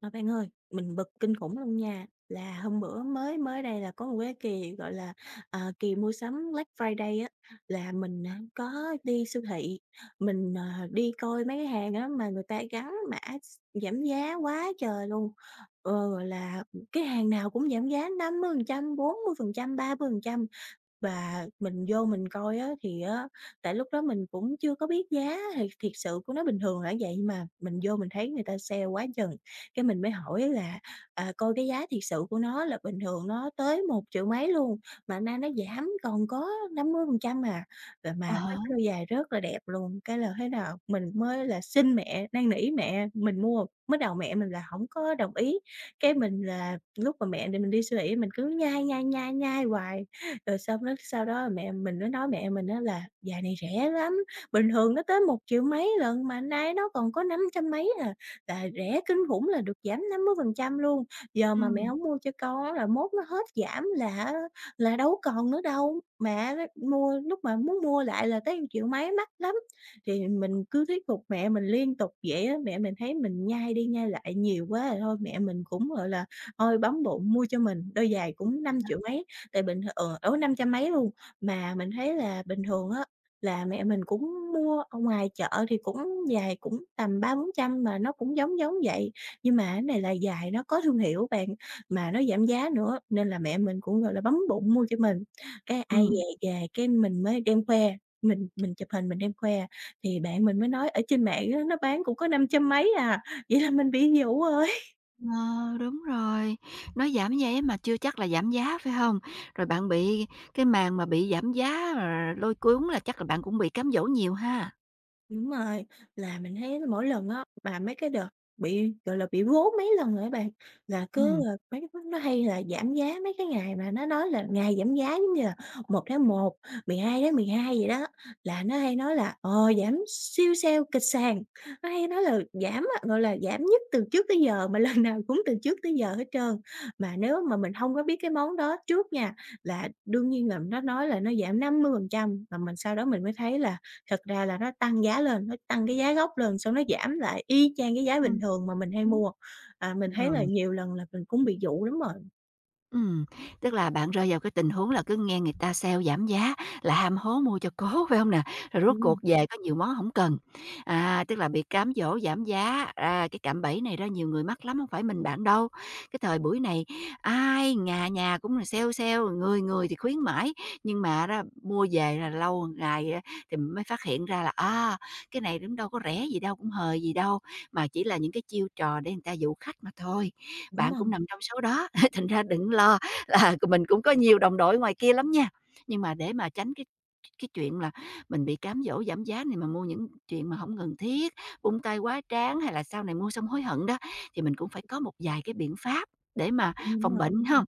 Mà bạn ơi, mình bực kinh khủng luôn nha, là hôm bữa mới mới đây là có một cái kỳ, gọi là, à, kỳ mua sắm Black Friday á, là mình, à, có đi siêu thị, mình, đi coi mấy cái hàng á mà người ta gắn mã s giảm giá quá trời luôn. Gọi là, cái hàng nào cũng giảm giá 50%, phần trăm, và mình vô mình coi á thì á, tại lúc đó mình cũng chưa có biết giá thì thiệt sự của nó bình thường là vậy, mà mình vô mình thấy người ta sale quá chừng, cái mình mới hỏi là, coi cái giá thiệt sự của nó là bình thường nó tới 1.000.000 mấy luôn, mà nay nó giảm còn có 50% à, rồi À mà mấy há, cái đôi giày rất là đẹp luôn. Cái là thế nào mình mới là xin mẹ, năn nỉ mẹ mình mua, mới đầu mẹ mình là không có đồng ý, cái mình là lúc mà mẹ thì mình đi siêu thị mình cứ nhai, nhai, nhai, nhai hoài. Rồi xong đó sau đó mẹ mình nó nói mẹ mình á là: "Vàng này rẻ lắm, bình thường nó tới một triệu mấy lận mà nay nó còn có năm trăm mấy à, là rẻ kinh khủng, là được giảm 50% luôn. Giờ mà mẹ ừm, hổng mua cho con á là mốt nó hết giảm là á là đâu có còn nữa đâu, mà á mua lúc mà muốn mua lại là tới triệu mấy, mắc lắm." Thì mình cứ thuyết phục mẹ mình liên tục vậy á, mẹ mình thấy mình nhai đi nhai lại nhiều quá rồi thôi mẹ mình cũng, gọi là, thôi bấm bụng mua cho mình, đôi giày cũng năm hả? triệu mấy. Tại bình thường 500 mấy luôn, mà mình thấy là bình thường á, là mẹ mình cũng mua ở ngoài chợ thì cũng dài cũng tầm 300-400 mà nó cũng giống giống vậy. Nhưng mà cái này là dài nó có thương hiệu bạn, mà nó giảm giá nữa, nên là mẹ mình cũng, gọi là, bấm bụng mua cho mình. Cái ai Ừm, về về cái mình mới đem khoe, mình chụp hình mình đem khoe, thì bạn mình mới nói: "Ở trên mạng á, nó bán cũng có 500 mấy à." Vậy là mình bị dụ rồi. ờ, đúng rồi, nó giảm giá mà chưa chắc là giảm giá, phải hông? Rồi bạn bị cái màn mà bị giảm giá, lôi cuốn là chắc là bạn cũng bị cám dỗ nhiều ha? Đúng rồi, là mình thấy mỗi lần á, mà mấy cái đợt bị, gọi là, bị vố mấy lần rồi á bạn, là Ừm, cứ, mấy cái nó hay là giảm giá mấy cái ngày mà nó nói là ngày giảm giá giống như là một tháng một, mười hai 1 mười hai vậy đó, là nó hay nói là: Giảm siêu sale kịch sàn." Nó hay nói là giảm á, gọi là, giảm nhất từ trước tới giờ mà lần nào cũng từ trước tới giờ hết trơn. Mà nếu mà mình không có biết cái món đó trước nha, là đương nhiên là nó nói là nó giảm 50% mà mình sau đó mình mới thấy là thật ra là nó tăng giá lên, nó tăng cái giá gốc lên, xong nó giảm lại y chang cái giá ừm bình thường mà mình hay hứm, mua. À, mình thấy là rồi. nhiều lần là mình cũng bị dụ lắm rồi. Ừm, tức là bạn rơi vào cái tình huống là cứ nghe người ta sale giảm giá là ham hố mua cho cố, phải không nè? Rồi rốt cuộc Ừm, về có nhiều món không cần. À, tức là bị cám dỗ giảm giá, cái cạm bẫy này ra nhiều người mắc lắm, không phải mình bạn đâu. Cái thời buổi này ai nhà nhà cũng là sale sale, người người thì khuyến mãi, nhưng mà đó mua về là lâu ngày á thì mới phát hiện ra là, cái này cũng đâu có rẻ gì đâu, cũng hời gì đâu, mà chỉ là những cái chiêu trò để người ta dụ khách mà thôi. đúng Bạn cũng rồi, nằm trong số đó. Thành ra đừng lo là mình cũng có nhiều đồng đội ngoài kia lắm nha, nhưng mà để mà tránh cái chuyện là mình bị cám dỗ giảm giá này mà mua những chuyện mà không cần thiết, vung tay quá tráng hay là sau này mua xong hối hận đó, thì mình cũng phải có một vài cái biện pháp để mà đúng phòng rồi. bệnh không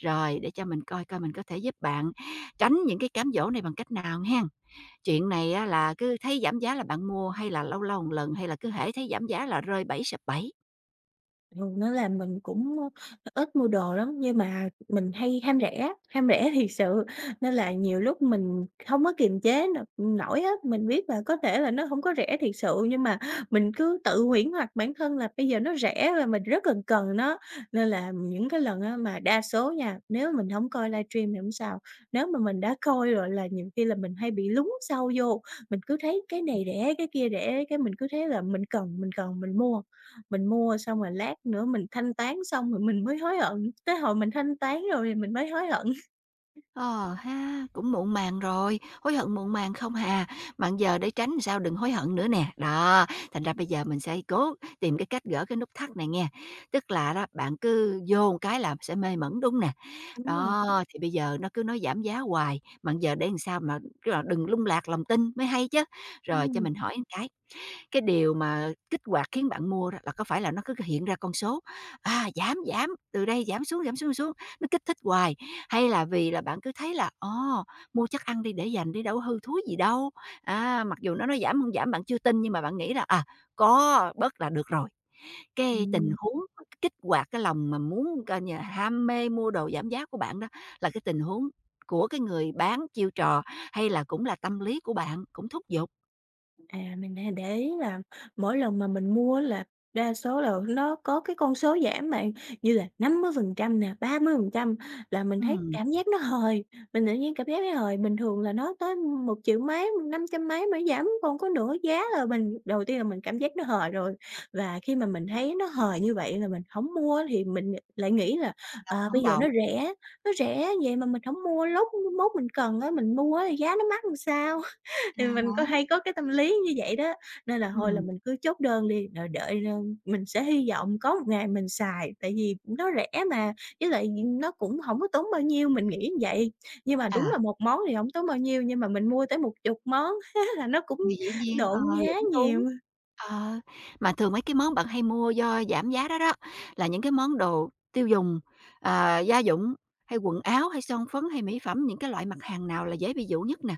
Rồi, để cho mình coi coi mình có thể giúp bạn tránh những cái cám dỗ này bằng cách nào nghen. Chuyện này á là cứ thấy giảm giá là bạn mua hay là lâu lâu một lần hay là cứ hễ thấy giảm giá là rơi bảy sập bảy Ừ, nó là mình cũng, ít mua đồ lắm, nhưng mà mình hay ham rẻ thiệt sự, nên là nhiều lúc mình không có kiềm chế n nổi á. Mình biết là có thể là nó không có rẻ thiệt sự, nhưng mà mình cứ tự huyễn hoặc bản thân là bây giờ nó rẻ và mình rất cần cần nó. Nên là những cái lần á mà đa số nha, nếu mình không coi livestream thì hổng sao, nếu mà mình đã coi rồi là nhiều khi là mình hay bị lún sâu vô, mình cứ thấy cái này rẻ, cái kia rẻ, cái mình cứ thấy là mình cần, mình cần, mình mua. Mình mua xong rồi lát nữa mình thanh toán xong rồi mình mới hối hận, tới hồi mình thanh toán rồi thì mình mới hối hận. Ờ ha, cũng muộn màng rồi, hối hận muộn màng không hà, bạn giờ để tránh sao đừng hối hận nữa nè. Đó, thành ra bây giờ mình sẽ cố tìm cái cách gỡ cái nút thắt này nghe. Tức là đó, bạn cứ vô một cái là sẽ mê mẩn đúng nè. Đúng rồi, Đó, thì bây giờ nó cứ nói giảm giá hoài, bạn giờ để làm sao mà cứ là đừng lung lạc lòng tin mới hay chứ. Rồi cho ừm. mình hỏi một cái điều mà kích hoạt khiến bạn mua đó là có phải là nó cứ hiện ra con số, giảm, giảm, từ đây giảm xuống, xuống, nó kích thích hoài, hay là vì là bạn cứ thấy là, ồ, mua chắc ăn đi để dành đi đâu có hư thúi gì đâu, mặc dù nó nói giảm không giảm bạn chưa tin nhưng mà bạn nghĩ là, có bớt là được rồi. Cái tình Ừm. huống mà kích hoạt cái lòng mà muốn coi như là ham mê mua đồ giảm giá của bạn đó là cái tình huống của cái người bán chiêu trò hay là cũng là tâm lý của bạn, cũng thúc giục? À, mình hay để ý là mỗi lần mà mình mua là đa số là nó có cái con số giảm bạn, như là 50% nè, 30% là mình thấy Ừm, cảm giác nó hời, mình tự nhiên cảm giác nó hời. Bình thường là nó tới 1.000.000 mấy 500 mấy mới giảm còn có nửa giá là mình đầu tiên là mình cảm giác nó hời rồi. Và khi mà mình thấy nó hời như vậy là mình không mua thì mình lại nghĩ là, đồng à, hổng bây giờ đầu? Nó rẻ vậy mà mình không mua, lúc mốt mình cần á, mình mua á thì giá nó mắc làm sao? Ra Thì mình có món, hay có cái tâm lý như vậy đó, nên là thôi là ừm, mình cứ chốt đơn đi, rồi đợi, mình sẽ hy vọng có một ngày mình xài, tại vì nó rẻ mà, với lại nó cũng không có tốn bao nhiêu, mình nghĩ như vậy. Nhưng mà đúng là à, một món thì không tốn bao nhiêu, nhưng mà mình mua tới một chục món là nó cũng thì dĩ nhiên, độn giá lũng túng, nhiều. ờ, mà thường mấy cái món bạn hay mua do giảm giá đó đó, là những cái món đồ tiêu dùng, gia dụng, hay quần áo, hay son phấn, hay mỹ phẩm, những cái loại mặt hàng nào là dễ bị dụ nhất nè?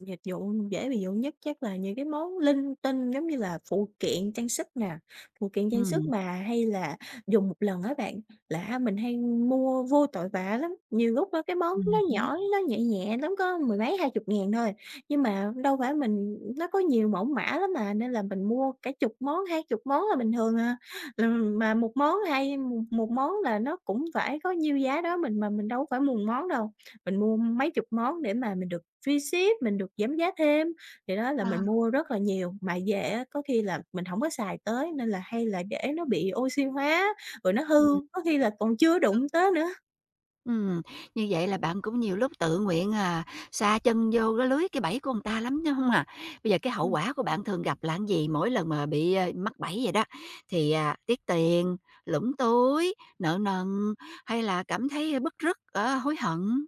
Dịch vụ dễ ví dụ nhất chắc là những cái món linh tinh giống như là phụ kiện trang sức nè, phụ kiện trang sức Ừm, mà hay là dùng một lần á bạn, là mình hay mua vô tội vạ lắm. Nhiều lúc á cái món nó hứm, nhỏ, nó nhẹ nhẹ lắm, có mười mấy hai chục ngàn thôi, nhưng mà đâu phải mình nó có nhiều mẫu mã lắm mà, nên là mình mua cả chục món, hai chục món là bình thường à. Mà một món hay một một món là nó cũng phải có nhiêu giá đó mình mà mình đâu phải mùng món đâu. Mình mua mấy chục món để mà mình được free ship, mình được giảm giá thêm, thì đó là ờ, mình mua rất là nhiều. Mà về á, có khi là mình hổng có xài tới nên là hay là để nó bị oxy hóa, rồi nó ừm. hư, có khi là còn chưa đụng tới nữa. Ừm, như vậy là bạn cũng nhiều lúc tự nguyện, sa chân vô cái lưới, cái bẫy của người ta lắm, đúng không à? Bây giờ cái hậu Ừm. quả của bạn thường gặp là cái gì? Mỗi lần mà bị, mắc bẫy vậy đó, thì, tiếc tiền, lũng túi, nợ nần, hay là cảm thấy bứt rứt, hối hận?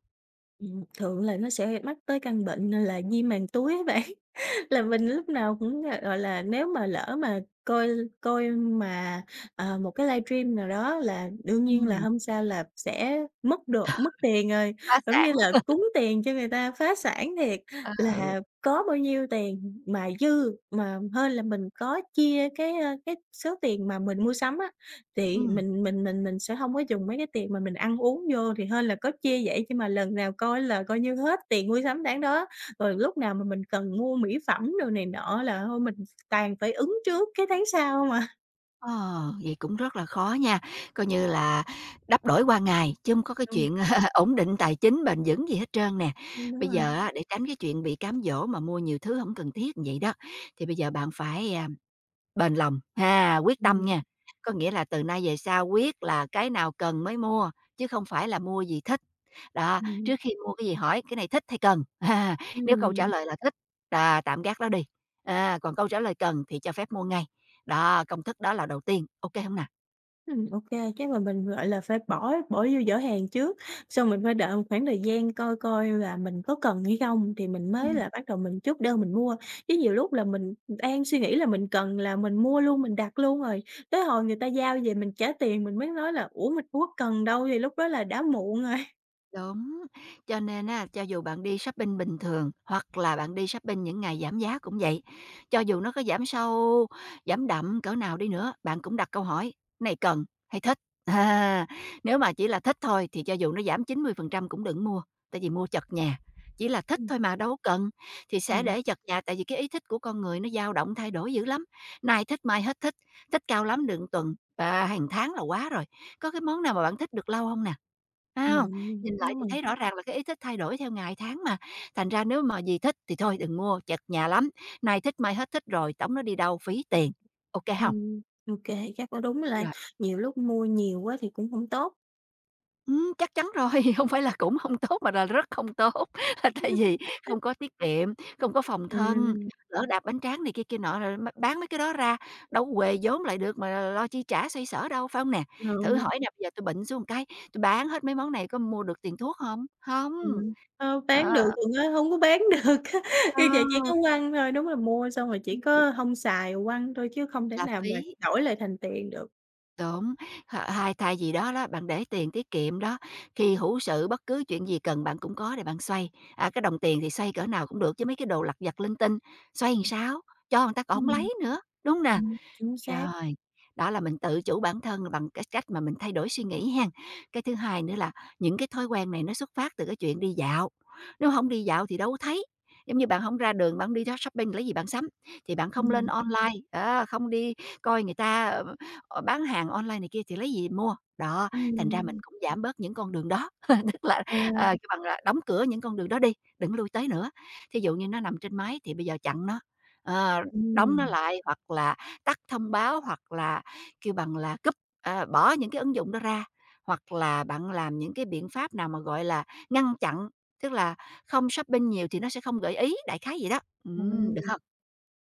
Thường là nó sẽ mắc tới căn bệnh, là viêm màng túi á bạn. Là mình lúc nào cũng, gọi là, nếu mà lỡ mà coi coi mà, ờ, một cái livestream nào đó là đương nhiên là Ừm, hôm sau là sẽ mất độ mất tiền rồi, phá giống sản, như là cúng tiền cho người ta, phá sản thiệt. ờ, Là có bao nhiêu tiền mà dư mà hơn là mình có chia cái, cái số tiền mà mình mua sắm á, thì ừm. mình sẽ hông có dùng mấy cái tiền mà mình ăn uống vô, thì hên là có chia vậy, chứ mà lần nào coi là coi như hết tiền mua sắm tháng đó. Rồi lúc nào mà mình cần mua mỹ phẩm đồ này nọ là thôi mình toàn phải ứng trước cái tháng sau hông à. Ờ, vậy cũng rất là khó nha, coi như là đắp đổi qua ngày chứ hông có cái Ừm, chuyện ổn định tài chính bền vững gì hết trơn nè. Đúng Bây rồi. giờ á, để tránh cái chuyện bị cám dỗ mà mua nhiều thứ không cần thiết như vậy đó, thì bây giờ bạn phải, bền lòng, ha, quyết tâm Ừm, nha. Có nghĩa là từ nay về sau quyết là cái nào cần mới mua, chứ không phải là mua gì thích. Đó, ừm, trước khi mua cái gì hỏi cái này thích hay cần? À, nếu câu trả ừm. lời là thích, là tạm gác đó đi, còn câu trả lời cần thì cho phép mua ngay. Đó, công thức đó là đầu tiên, ok không hông nè? Ô kê, chắc là mình, gọi là, phải bỏ bỏ vô giỏ hàng trước, xong mình phải đợi một khoảng thời gian coi coi là mình có cần hay không thì mình Ừ. mới là bắt đầu mình chốt đơn mình mua. Chứ nhiều lúc là mình đang suy nghĩ là mình cần là mình mua luôn, mình đặt luôn rồi, tới hồi người ta giao về mình trả tiền mình mới nói là: "Ủa, mình có cần đâu", thì lúc đó là đã muộn rồi. Đúng, cho nên á, cho dù bạn đi shopping bình thường hoặc là bạn đi shopping những ngày giảm giá cũng vậy, cho dù nó có giảm sâu, giảm đậm cỡ nào đi nữa, bạn cũng đặt câu hỏi: "Này cần hay thích?" À, nếu mà chỉ là thích thôi thì cho dù nó giảm 90% cũng đừng mua, tại vì mua chật nhà, chỉ là thích Ừm, thôi mà đâu có cần, thì sẽ ừm, để chật nhà, tại vì cái ý thích của con người nó dao động thay đổi dữ lắm, nay thích mai hết thích, thích cao lắm được tuần, và hàng tháng là quá rồi. Có cái món nào mà bạn thích được lâu không nè? A! Nhìn lại đúng thì rồi. thấy rõ ràng là cái ý thích thay đổi theo ngày tháng mà, thành ra nếu mà gì thích thì thôi đừng mua, chật nhà lắm, nay thích mai hết thích rồi tống nó đi đâu phí tiền, ok không Ừm, ô kê, chắc có đúng là Rồi. nhiều lúc mua nhiều quá thì cũng hông tốt. Chắc chắn rồi, không phải là cũng không tốt mà là rất không tốt, là tại vì không có tiết kiệm, không có phòng thân, Ừm, lỡ đạp bánh tráng này kia kia nọ rồi m bán mấy cái đó ra, đâu có huề vốn lại được mà lo chi trả xoay sở đâu, phải không nè? Thử ừ. hỏi nè, bây giờ tôi bệnh xuống một cái tôi bán hết mấy món này có mua được tiền thuốc không không Ừm, hông, đó, bán được còn á hông có bán được á, Ờ, như vậy chỉ có quăng thôi, đúng là mua xong rồi chỉ có hông xài quăng thôi chứ không thể là nào mà phí. đổi lại thành tiền được. Đúng, hay thay gì đó đó, bạn để tiền tiết kiệm đó, khi hữu sự bất cứ chuyện gì cần bạn cũng có để bạn xoay. À, cái đồng tiền thì xoay cỡ nào cũng được chứ mấy cái đồ lặt vặt linh tinh, xoay làm Ừm. sao? Cho người ta còn hổng Ừm, lấy nữa, đúng nè? Chính xác. Rồi, đó là mình tự chủ bản thân bằng cái cách mà mình thay đổi suy nghĩ hen. Cái thứ hai nữa là những cái thói quen này nó xuất phát từ cái chuyện đi dạo. Nếu không đi dạo thì đâu có thấy. Giống như bạn không ra đường, bạn hông đi đó shopping lấy gì bạn sắm, thì bạn không lên Ừm, online, á, không đi coi người ta, bán hàng online này kia thì lấy gì mua. Đó, thành ra mình ừm, cũng giảm bớt những con đường đó, tức là, ờ, kêu bằng là đóng cửa những con đường đó đi, đừng lui tới nữa. Thí dụ như nó nằm trên máy thì bây giờ chặn nó, ờ, đóng nó ừm, lại hoặc là tắt thông báo hoặc là kêu bằng là cúp, bỏ những cái ứng dụng đó ra, hoặc là bạn làm những cái biện pháp nào mà, gọi là, ngăn chặn, tức là không shopping nhiều thì nó sẽ không gợi ý, đại khái vậy đó. Ừm, Được hông?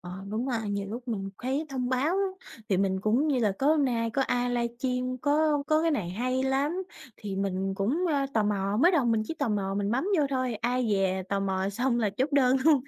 đúng rồi, nhiều lúc mình thấy thông báo á, thì mình cũng như là có hôm nay có ai livestream có cái này hay lắm, thì mình cũng, tò mò, mới đầu mình chỉ tò mò mình bấm vô thôi, ai dè tò mò xong là chốt đơn luôn.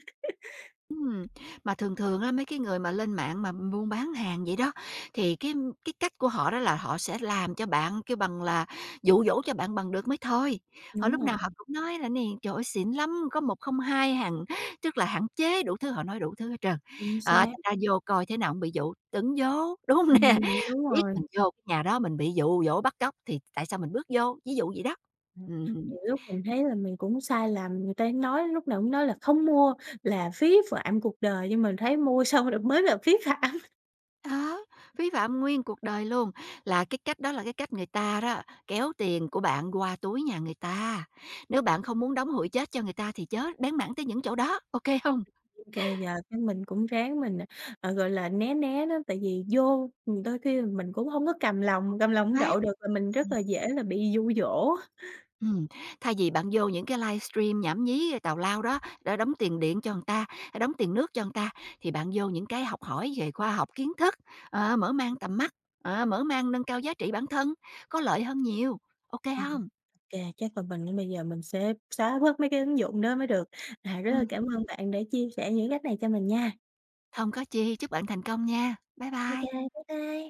Mà thường thường á, mấy cái người mà lên mạng mà buôn bán hàng vậy đó, thì cái cách của họ đó là họ sẽ làm cho bạn kêu bằng là dụ dỗ cho bạn bằng được mới thôi. Họ Đúng lúc nào rồi, họ cũng nói là "Nè, trời ơi, xịn lắm, có một không hai hàng tức là hạn chế", đủ thứ, họ nói đủ thứ hết trơn. chính Đó, xác. thành ra vô coi thế nào cũng bị dụ, tưởng vô, đúng hông nè? Đúng Biết rồi. mình vô cái nhà đó mình bị dụ dỗ bắt cóc thì tại sao mình bước vô, ví dụ vậy đó. Ừm, Ừm. nhiều lúc mình thấy là mình cũng sai lầm, người ta nói lúc nào cũng nói là không mua là phí phạm cuộc đời, nhưng mình thấy mua xong rồi mới là phí phạm. Đó, phí phạm nguyên cuộc đời luôn, là cái cách đó là cái cách người ta đó kéo tiền của bạn qua túi nhà người ta. Nếu bạn không muốn đóng hụi chết cho người ta thì chớ bén mảng tới những chỗ đó, ok không hông? Cà giờ cái mình cũng ráng mình, gọi là, né né đó, tại vì vô đôi khi mình cũng hông có cầm lòng hông Loát. đậu được và mình rất Ừm, là dễ là bị dụ dỗ. thay vì bạn vô những cái livestream nhảm nhí tào lao đó, để đóng tiền điện cho người ta, hay đóng tiền nước cho người ta, thì bạn vô những cái học hỏi về khoa học kiến thức, mở mang tầm mắt, mở mang nâng cao giá trị bản thân, có lợi hơn nhiều, ok không Ừm, hông? kê, chắc là mình bây giờ mình sẽ xóa bớt mấy cái ứng dụng đó mới được. À, rất là Ừm. cảm ơn bạn đã chia sẻ những cách này cho mình nha. có chi, chúc bạn thành công nha. Bye Ô bye. kê, bye bye.